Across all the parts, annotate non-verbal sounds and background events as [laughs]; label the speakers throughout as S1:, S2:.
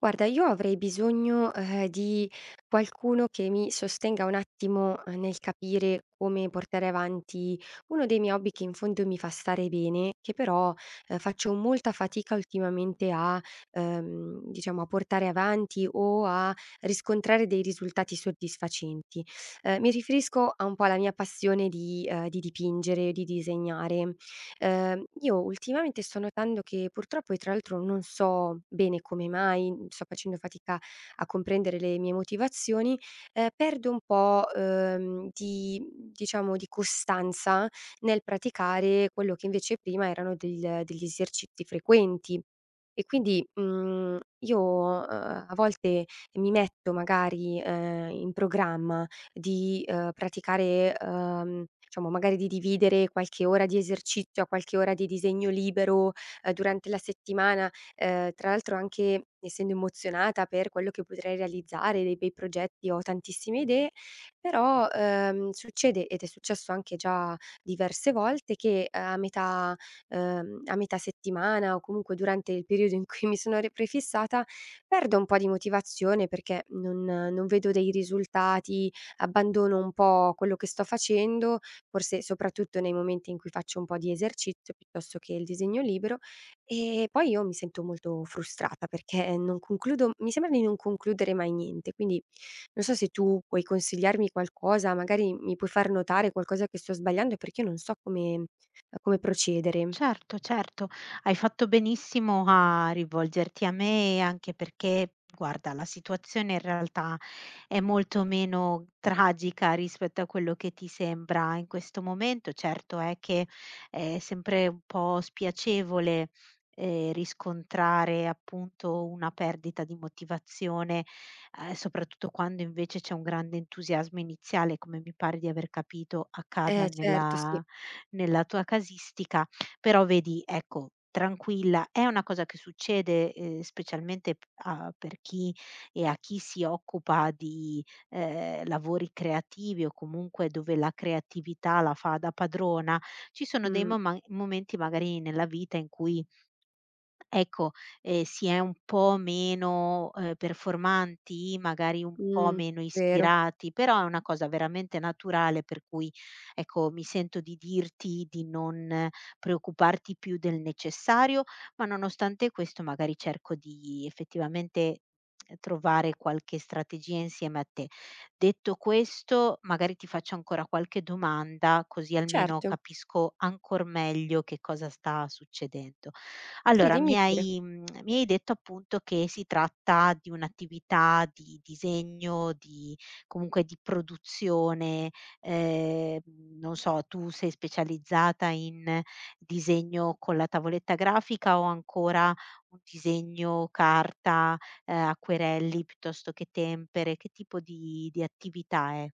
S1: Guarda, io avrei bisogno, di qualcuno che mi sostenga un attimo, nel capire come portare avanti uno dei miei hobby che in fondo mi fa stare bene, che però, faccio molta fatica ultimamente a diciamo a portare avanti o a riscontrare dei risultati soddisfacenti. Mi riferisco a un po' alla mia passione di dipingere, di disegnare. Io ultimamente sto notando che purtroppo e tra l'altro non so bene come mai, sto facendo fatica a comprendere le mie motivazioni, perdo un po', di diciamo di costanza nel praticare quello che invece prima erano del degli esercizi frequenti. E quindi, io, a volte mi metto magari, in programma di, praticare, diciamo magari di dividere qualche ora di esercizio a qualche ora di disegno libero, durante la settimana, tra l'altro anche essendo emozionata per quello che potrei realizzare, dei bei progetti, ho tantissime idee, però, succede, ed è successo anche già diverse volte, che a metà settimana o comunque durante il periodo in cui mi sono re prefissata, perdo un po' di motivazione perché non vedo dei risultati, abbandono un po' quello che sto facendo, forse soprattutto nei momenti in cui faccio un po' di esercizio piuttosto che il disegno libero e poi io mi sento molto frustrata perché non concludo mi sembra di non concludere mai niente. Quindi non so se tu puoi consigliarmi qualcosa, magari mi puoi far notare qualcosa che sto sbagliando perché io non so come come procedere.
S2: Certo, certo, hai fatto benissimo a rivolgerti a me, anche perché, guarda, la situazione in realtà è molto meno tragica rispetto a quello che ti sembra in questo momento. Certo è che è sempre un po' spiacevole, riscontrare appunto una perdita di motivazione, soprattutto quando invece c'è un grande entusiasmo iniziale, come mi pare di aver capito accada
S1: Eh certo, sì.
S2: nella nella tua casistica. Però vedi, ecco, tranquilla, è una cosa che succede, specialmente p a per chi e a chi si occupa di, lavori creativi o comunque dove la creatività la fa da padrona. Ci sono dei
S1: Mh,
S2: moma momenti magari nella vita in cui ecco, si è un po' meno, performanti, magari un po'
S1: mh,
S2: meno
S1: vero.
S2: ispirati, però è una cosa veramente naturale per cui, ecco, mi sento di dirti di non preoccuparti più del necessario, ma nonostante questo magari cerco di effettivamente trovare qualche strategia insieme a te. Detto questo, magari ti faccio ancora qualche domanda, così almeno
S1: Certo.
S2: capisco ancor meglio che cosa sta succedendo.
S1: Sì,
S2: Allora,
S1: dimmi
S2: mi
S1: pure.
S2: hai mhmm, mi hai detto appunto che si tratta di un'attività di disegno, di comunque di produzione, ehm, non so, tu sei specializzata in disegno con la tavoletta grafica o ancora un disegno carta, acquerelli piuttosto che tempere? Che tipo di attività è?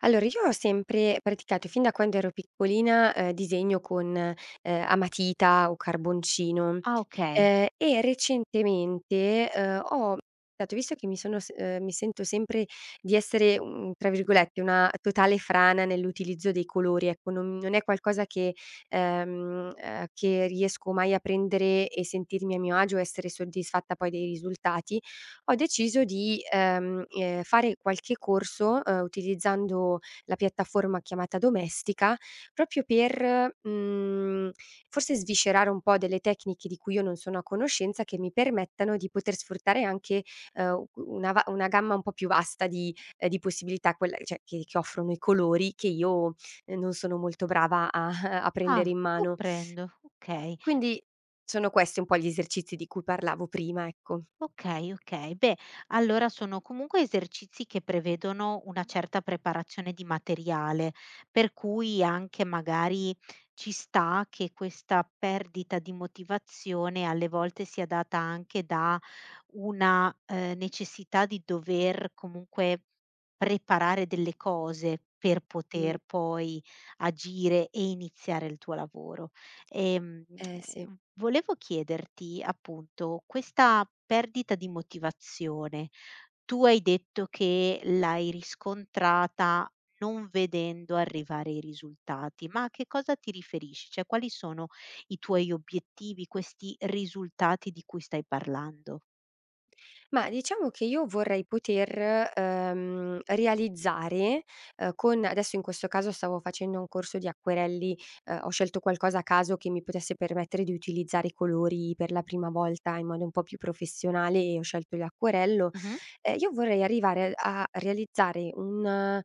S1: Allora io ho sempre praticato fin da quando ero piccolina, disegno con, a matita o carboncino,
S2: Ah, okay.
S1: e recentemente, ho dato visto che mi sono s mi sento sempre di essere, tra virgolette, "una totale frana" nell'utilizzo dei colori, ecco, non è qualcosa che riesco mai a prendere e sentirmi a mio agio, essere soddisfatta poi dei risultati. Ho deciso di, fare qualche corso, utilizzando la piattaforma chiamata Domestica, proprio per, forse sviscerare un po' delle tecniche di cui io non sono a conoscenza, che mi permettano di poter sfruttare anche, una va una gamma un po' più vasta di possibilità, quella cioè che offrono i colori che io, non sono molto brava a [laughs] a prendere
S2: Ah,
S1: in mano.
S2: comprendo, okay.
S1: Quindi sono questi un po' gli esercizi di cui parlavo prima, ecco.
S2: Okay, okay. Beh, allora sono comunque esercizi che prevedono una certa preparazione di materiale, per cui anche magari ci sta che questa perdita di motivazione alle volte sia data anche da una, necessità di dover comunque preparare delle cose per poter
S1: Mh,
S2: poi agire e iniziare il tuo lavoro. Ehm,
S1: eh sì.
S2: volevo chiederti appunto, questa perdita di motivazione, tu hai detto che l'hai riscontrata non vedendo arrivare i risultati, ma a che cosa ti riferisci? Cioè, quali sono i tuoi obiettivi, questi risultati di cui stai parlando?
S1: Ma diciamo che io vorrei poter, realizzare, con adesso in questo caso stavo facendo un corso di acquerelli, ho scelto qualcosa a caso che mi potesse permettere di utilizzare i colori per la prima volta in modo un po' più professionale e ho scelto l'acquerello.
S2: Mh-mh.
S1: Io vorrei arrivare a realizzare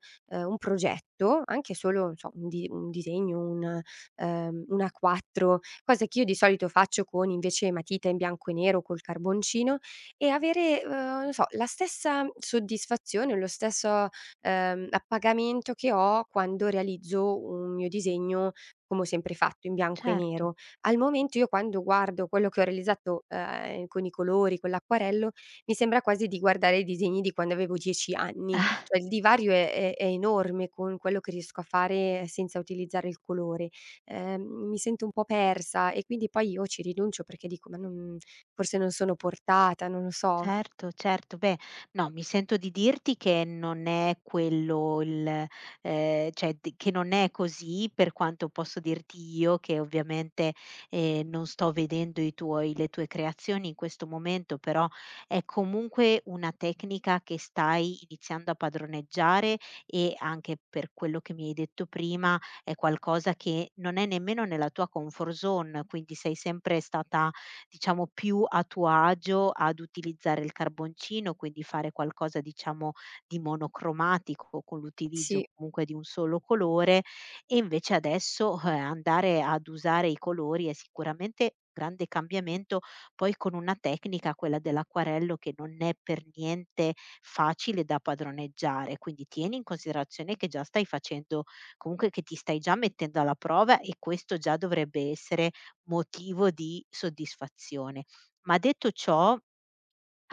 S1: un progetto, anche solo, non so, un disegno, un A4, cosa che io di solito faccio con invece matita in bianco e nero, col carboncino, e avere, non so, la stessa soddisfazione, lo stesso, appagamento che ho quando realizzo un mio disegno, come ho sempre fatto, in bianco e
S2: Certo.
S1: nero. Al momento io quando guardo quello che ho realizzato, con i colori, con l'acquarello, mi sembra quasi di guardare i disegni di quando avevo 10 anni,
S2: [laughs]
S1: cioè il divario è enorme con quello che riesco a fare senza utilizzare il colore. Ehm, Mi sento un po' persa e quindi poi io ci rinuncio perché dico: "Ma non Forse non sono portata, non lo so".
S2: Certo, certo. Beh, no, mi sento di dirti che non è quello il cioè d che non è così, per quanto posso dirti io che ovviamente, non sto vedendo i tuoi, le tue creazioni in questo momento, però è comunque una tecnica che stai iniziando a padroneggiare e anche per quello che mi hai detto prima, è qualcosa che non è nemmeno nella tua comfort zone, quindi sei sempre stata, diciamo, più a tuo agio ad utilizzare il carboncino, quindi fare qualcosa, diciamo, di monocromatico con
S1: Sì.
S2: l'utilizzo comunque di un solo colore e invece adesso, andare ad usare i colori è sicuramente grande cambiamento, poi con una tecnica, quella dell'acquarello, che non è per niente facile da padroneggiare. Quindi tieni in considerazione che già stai facendo comunque, che ti stai già mettendo alla prova e questo già dovrebbe essere motivo di soddisfazione. Ma detto ciò,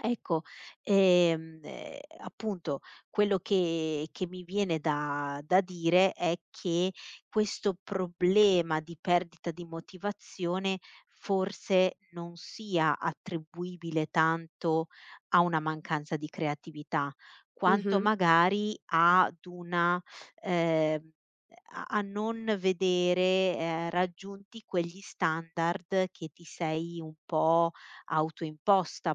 S2: ecco, appunto, quello che mi viene da dire è che questo problema di perdita di motivazione forse non sia attribuibile tanto a una mancanza di creatività, quanto
S1: Mh-mh.
S2: magari ad una ehm, a non vedere, raggiunti quegli standard che ti sei un po' autoimposta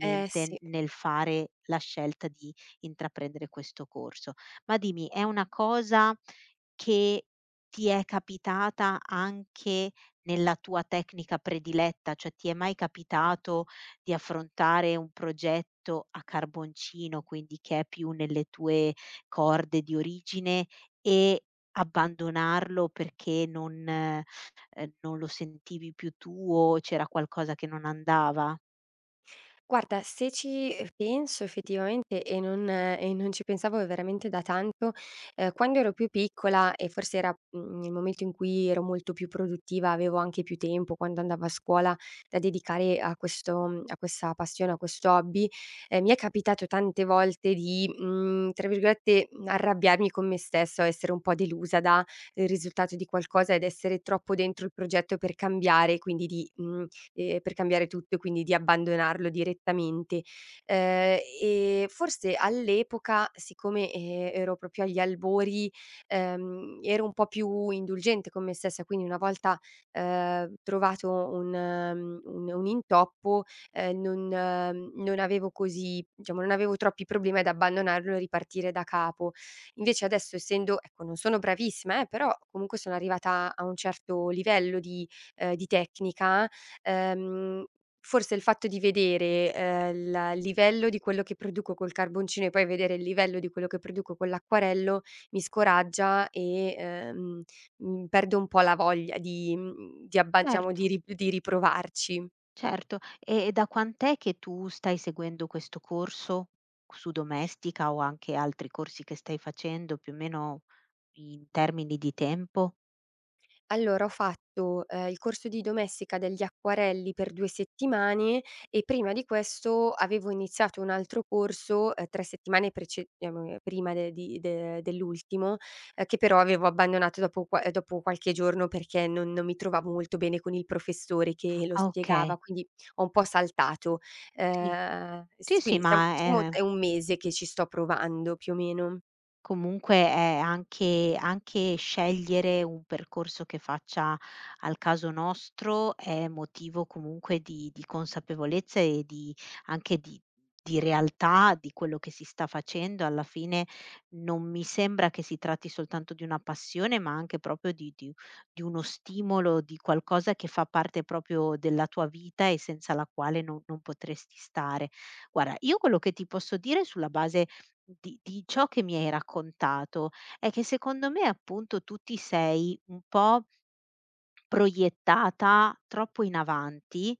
S1: Eh sì.
S2: nel fare la scelta di intraprendere questo corso. Ma dimmi, è una cosa che ti è capitata anche nella tua tecnica prediletta? Cioè ti è mai capitato di affrontare un progetto a carboncino, quindi che è più nelle tue corde di origine e abbandonarlo perché non... non lo sentivi più tuo, c'era qualcosa che non andava?
S1: Guarda, se ci, penso effettivamente e non ci pensavo veramente da tanto, quando ero più piccola e forse era, nel momento in cui ero molto più produttiva, avevo anche più tempo quando andavo a scuola da dedicare a questo a questa passione, a questo hobby, mi è capitato tante volte di, tra virgolette, "arrabbiarmi con me stessa" o essere un po' delusa da il risultato di qualcosa ed essere troppo dentro il progetto per cambiare, quindi di, per cambiare tutto e quindi di abbandonarlo direttamente. E forse all'epoca, siccome, ero proprio agli albori, ero un po' più indulgente con me stessa, quindi una volta, trovato un un intoppo, non avevo così diciamo, non avevo troppi problemi ad abbandonarlo e ripartire da capo. Invece adesso essendo ecco, non sono bravissima però comunque sono arrivata a un certo livello di tecnica, ehm, forse il fatto di vedere, la il livello di quello che produco col carboncino e poi vedere il livello di quello che produco con l'acquarello mi scoraggia e, perdo un po' la voglia di mhmm, di abba diciamo
S2: Certo,
S1: di ri di riprovarci.
S2: certo. E da quant'è che tu stai seguendo questo corso su Domestica o anche altri corsi che stai facendo, più o meno in termini di tempo?
S1: Allora ho fatto, il corso di domestica degli acquarelli per 2 settimane e prima di questo avevo iniziato un altro corso, 3 settimane prece prima de di de dell'ultimo, che però avevo abbandonato dopo qua dopo qualche giorno perché non mi trovavo molto bene con il professore che lo
S2: Ah, okay,
S1: spiegava, quindi ho un po' saltato.
S2: sì. Sì,
S1: S
S2: sì,
S1: Quindi siamo
S2: ma
S1: diciamo
S2: è...
S1: è un mese che ci sto provando più o meno.
S2: Comunque, anche scegliere un percorso che faccia al caso nostro è motivo comunque di consapevolezza e di anche di realtà di quello che si sta facendo. Alla fine non mi sembra che si tratti soltanto di una passione, ma anche proprio di uno stimolo, di qualcosa che fa parte proprio della tua vita e senza la quale non potresti stare. Guarda, io quello che ti posso dire sulla base di ciò che mi hai raccontato è che secondo me appunto tu ti sei un po' proiettata troppo in avanti,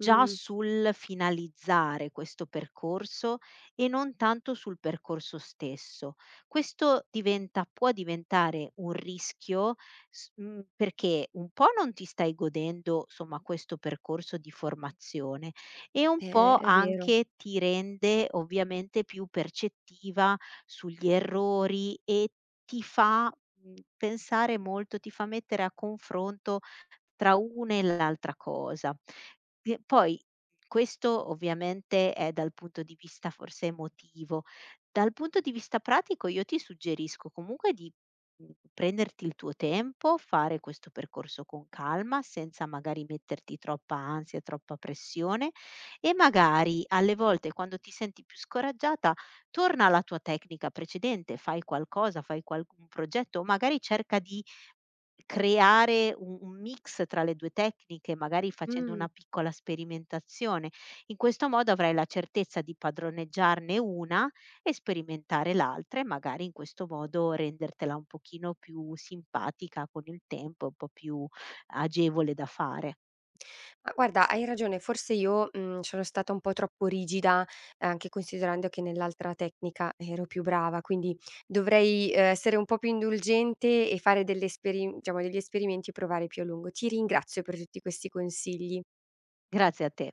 S2: già sul finalizzare questo percorso e non tanto sul percorso stesso. Questo diventa, può diventare un rischio perché un po' non ti stai godendo, somma, questo percorso di formazione e un po'
S1: è vero.
S2: anche ti rende ovviamente più percettiva sugli errori e ti fa, mhmm, pensare molto, ti fa mettere a confronto tra una e l'altra cosa. P Poi questo ovviamente è dal punto di vista forse emotivo. Dal punto di vista pratico io ti suggerisco comunque di, mhmm, prenderti il tuo tempo, fare questo percorso con calma, senza magari metterti troppa ansia, troppa pressione e magari alle volte quando ti senti più scoraggiata torna alla tua tecnica precedente, fai qualcosa, fai qual un progetto o magari cerca di creare u un mix tra le 2 tecniche, magari facendo
S1: Mh.
S2: una piccola sperimentazione. In questo modo avrai la certezza di padroneggiarne una e sperimentare l'altra e magari in questo modo rendertela un pochino più simpatica con il tempo, un po' più agevole da fare.
S1: Ma guarda, hai ragione, forse io, sono stata un po' troppo rigida, anche considerando che nell'altra tecnica ero più brava, quindi dovrei, essere un po' più indulgente e fare delle esperi diciamo degli esperimenti e provare più a lungo. Ti ringrazio per tutti questi consigli.
S2: Grazie a te.